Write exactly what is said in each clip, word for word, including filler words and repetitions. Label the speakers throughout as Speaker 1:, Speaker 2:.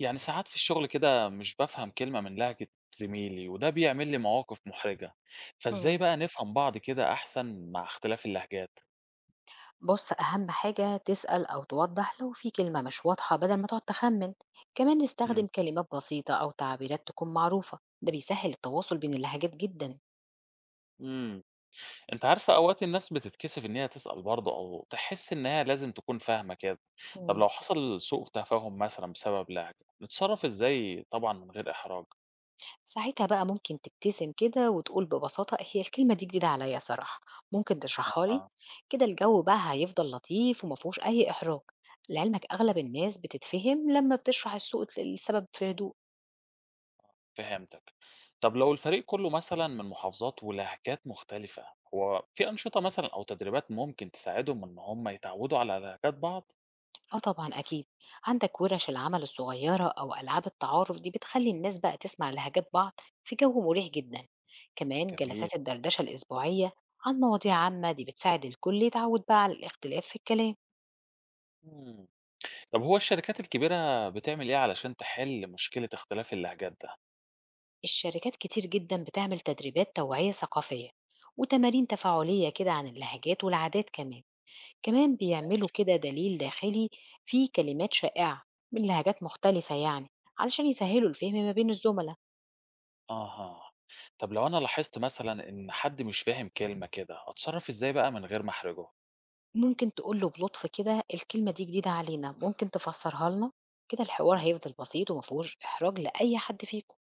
Speaker 1: يعني ساعات في الشغل كده مش بفهم كلمة من لهجة زميلي وده بيعمل لي مواقف محرجة.
Speaker 2: مم.
Speaker 1: فازاي بقى نفهم بعض كده أحسن مع اختلاف اللهجات؟
Speaker 2: بص أهم حاجة تسأل أو توضح لو في كلمة مش واضحة بدل ما تقعد تخمن. كمان
Speaker 1: مم.
Speaker 2: استخدم كلمات بسيطة أو تعبيرات تكون معروفة، ده بيسهل التواصل بين اللهجات جدا.
Speaker 1: مم. انت عارفة أوقات الناس بتتكسف إن هي تسأل برضه أو تحس إنها لازم تكون فاهمة كده. طب
Speaker 2: مم.
Speaker 1: لو حصل سوء تفاهم مثلا بسبب لهجة، نتصرف ازاي طبعا من غير إحراج؟
Speaker 2: ساعتها بقى ممكن تبتسم كده وتقول ببساطة: هي الكلمة دي جديدة عليا صراحة، ممكن تشرحها لي؟
Speaker 1: أها.
Speaker 2: كده الجو بقى هيفضل لطيف ومفهوش أي إحراج. لعلمك أغلب الناس بتتفهم لما بتشرح السوق السبب في هدوء.
Speaker 1: فهمتك. طب لو الفريق كله مثلًا من محافظات ولهجات مختلفة، هو في أنشطة مثلًا أو تدريبات ممكن تساعدهم إن هم يتعودوا على لهجات بعض؟
Speaker 2: آه طبعًا أكيد، عندك وِرَش العمل الصغيّرة أو ألعاب التعارف دي بتخلّي الناس بقى تسمع لهجات بعض في جو مريح جدًا، كمان
Speaker 1: جميل.
Speaker 2: جلسات الدردشة الأسبوعية عن مواضيع عامة دي بتساعد الكل يتعوّد بقى على الاختلاف في الكلام.
Speaker 1: إمم. طب هو الشركات الكبيرة بتعمل إيه علشان تحل مشكلة اختلاف اللهجات ده؟
Speaker 2: الشركات كتير جدًا بتعمل تدريبات توعية ثقافية وتمارين تفاعلية كده عن اللهجات والعادات كمان، كمان بيعملوا
Speaker 1: ماشي.
Speaker 2: كده دليل داخلي فيه كلمات شائعة من لهجات مختلفة، يعني علشان يسهّلوا الفهم ما بين الزملا.
Speaker 1: أها. طب لو أنا لاحظت مثلًا إن حد مش فاهم كلمة كده، أتصرف إزاي بقى من غير ما أحرجه؟
Speaker 2: ممكن تقول له بلطف كده: الكلمة دي جديدة علينا، ممكن تفسرها لنا؟ كده الحوار
Speaker 1: إمم.
Speaker 2: هيفضل بسيط ومفهوش إحراج لأي حد فيكم.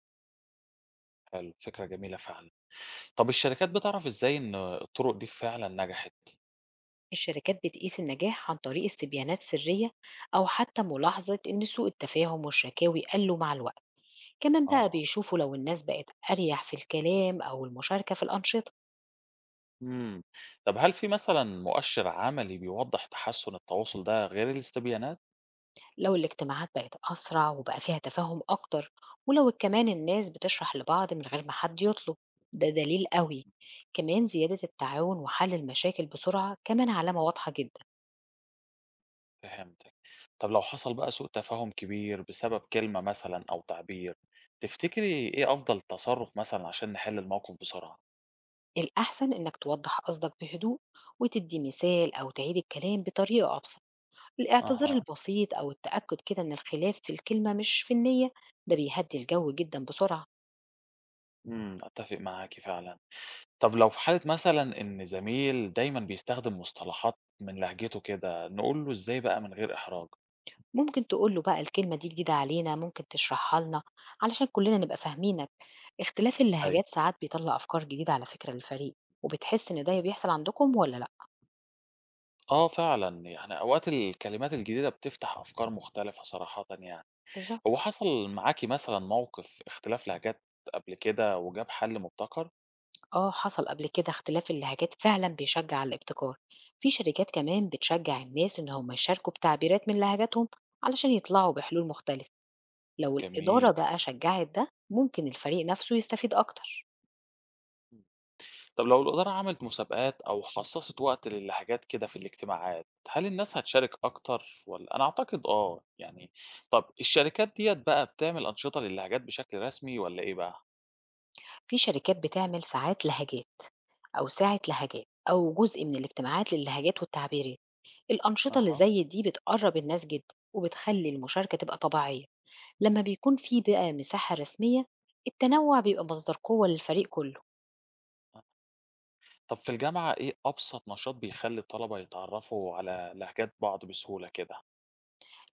Speaker 1: حلو، فكرة جميلة فعلًا. طب الشركات بتعرف إزاي إن الطرق دي فعلًا نجحت؟
Speaker 2: الشركات بتقيس النجاح عن طريق استبيانات سرية أو حتى ملاحظة إن سوء التفاهم والشكاوي قلوا مع الوقت، كمان بقى
Speaker 1: آه.
Speaker 2: بيشوفوا لو الناس بقت أريح في الكلام أو المشاركة في الأنشطة.
Speaker 1: إمم. طب هل في مثلًا مؤشر عملي بيوضّح تحسُّن التواصل ده غير الاستبيانات؟
Speaker 2: لو الاجتماعات بقت أسرع وبقى فيها تفاهم أكتر، ولو كمان الناس بتشرح لبعض من غير ما حد يطلب، ده دليل قوي. كمان زيادة التعاون وحل المشاكل بسرعة كمان علامة واضحة جدا.
Speaker 1: فهمتك. طب لو حصل بقى سوء تفاهم كبير بسبب كلمة مثلًا أو تعبير، تفتكري إيه أفضل تصرُّف مثلًا عشان نحِل الموقف بسرعة؟
Speaker 2: الأحسن إنك توضح قصدك بهدوء وتدي مثال أو تعيد الكلام بطريقة أبسط. الاعتذار
Speaker 1: أها،
Speaker 2: البسيط أو التأكد كده إن الخلاف في الكلمة مش في النية، ده بيهدي الجو جدا بسرعة.
Speaker 1: إمم، أتّفق معاكِ فعلًا. طب لو في حالة مثلًا إن زميل دايمًا بيستخدم مصطلحات من لهجته كده، نقول له إزاي بقى من غير إحراج؟
Speaker 2: ممكن تقول له بقى: الكلمة دي جديدة علينا، ممكن تشرحها لنا، علشان كلنا نبقى فاهمينك. اختلاف
Speaker 1: أيوه.
Speaker 2: اللهجات ساعات بيطلّع أفكار جديدة على فكرة للفريق، وبتحس إن ده بيحصل عندكم والّا لأ؟
Speaker 1: آه فعلًا، يعني أوقات الكلمات الجديدة بتفتح أفكار مختلفة صراحةً يعني. هو
Speaker 2: بالضبط.
Speaker 1: حصل معاكِ مثلًا موقف اختلاف لهجات قبل كده وجاب حل مبتكر؟
Speaker 2: آه، حصل قبل كده، اختلاف اللهجات فعلًا بيشجّع على الابتكار. في شركات كمان بتشجّع الناس إن هم يشاركوا بتعبيرات من لهجتهم علشان يطلعوا بحلول مختلفة. لو الإدارة
Speaker 1: جميل.
Speaker 2: بقى شجّعت ده، ممكن الفريق نفسه يستفيد أكتر.
Speaker 1: إمم. طب لو الإدارة عملت مسابقات أو خصصت وقت للهجات كده في الاجتماعات، هل الناس هتشارك أكتر والّا أنا أعتقد آه، يعني طب الشركات ديّة بقى بتعمل أنشطة للهجات بشكل رسمي والّا إيه بقى؟
Speaker 2: في شركات بتعمل ساعات لهجات أو ساعة لهجات أو جزء من الاجتماعات للهجات والتعبيرات. الأنشطة اللي
Speaker 1: أها،
Speaker 2: زي دي بتقرب الناس جدا وبتخلي المشاركة تبقى طبيعية. لما بيكون في بقى مساحة رسمية، التنوع بيبقى مصدر قوة للفريق كله.
Speaker 1: أ طب في الجامعة إيه أبسط نشاط بيخلّي الطلبة يتعرّفوا على لهجات بعض بسهولة كده؟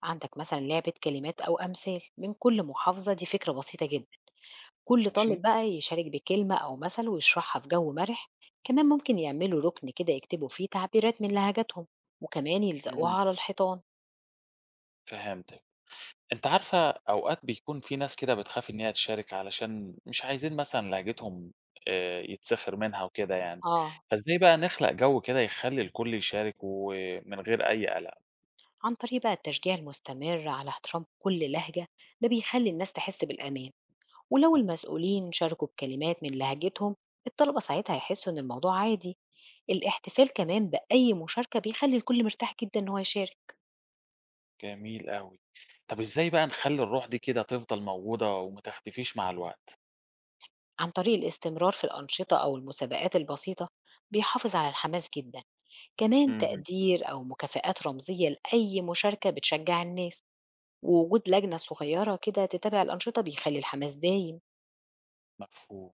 Speaker 2: عندك مثلا لعبة كلمات أو أمثال من كل محافظة، دي فكرة بسيطة جدا، كل
Speaker 1: ماشي،
Speaker 2: طالب بقى يشارك بكلمة أو مثل ويشرحها في جو مرح. كمان ممكن يعملوا ركن كده يكتبوا فيه تعبيرات من لهجاتهم وكمان يلزقوها
Speaker 1: إمم.
Speaker 2: على الحيطان.
Speaker 1: فهمتِك. أنتِ عارفة أوقات بيكون في ناس كده بتخاف إن هي تشارك علشان مش عايزين مثلًا لهجتهم آآ يتسخر منها وكده يعني،
Speaker 2: اه.
Speaker 1: فإزاي بقى نخلق جو كده يخلّي الكل يشارك ومن غير أي قلق؟
Speaker 2: عن طريق بقى التشجيع المستمر على احترام كل لهجة، ده بيخلي الناس تحس بالأمان. ولو
Speaker 1: آه،
Speaker 2: المسؤولين شاركوا بكلمات من لهجتهم، الطلبة ساعتها هيحسوا إن الموضوع عادي. الاحتفال كمان بأي مشاركة بيخلي الكل مرتاح جدا إن هو يشارك.
Speaker 1: جميل أوي. طب إزاي بقى نخلّي الروح دي كده تفضل موجودة وما تختفيش مع الوقت؟
Speaker 2: عن طريق الاستمرار في الأنشطة أو المسابقات البسيطة بيحافظ على الحماس جدا. كمان
Speaker 1: اهم.
Speaker 2: تقدير أو مكافآت رمزية لأي مشاركة بتشجع الناس، ووجود لجنة صغيرة كده تتابع الأنشطة بيخلي الحماس دايم.
Speaker 1: مفهوم.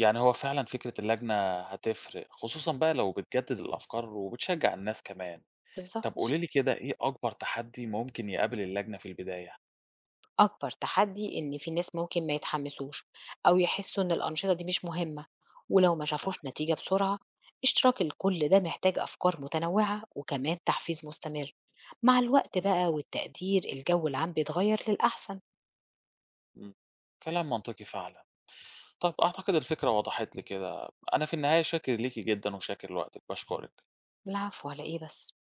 Speaker 1: يعني هو فعلًا فكرة اللجنة هتفرق، خصوصًا بقى لو بتجدد الأفكار وبتشجع الناس كمان. طب
Speaker 2: بالظبط.
Speaker 1: قولي لي كده إيه أكبر تحدي ممكن يقابل اللجنة في البداية؟
Speaker 2: أكبر تحدي إن في ناس ممكن ما يتحمسوش أو يحسوا إن الأنشطة دي مش مهمة، ولو ما شافوش
Speaker 1: صحيح.
Speaker 2: نتيجة بسرعة. اشتراك الكل ده محتاج أفكار متنوعة وكمان تحفيز مستمر، مع الوقت بقى والتقدير الجو العام بيتغير للأحسن.
Speaker 1: إمم. كلام منطقي فعلًا. طَب أعتقد الفكرة وضحت لي كده. أنا في النهاية شاكر ليكِ جدًا وشاكر لوقتِك، باشكرِك.
Speaker 2: العفو، على إيه بس؟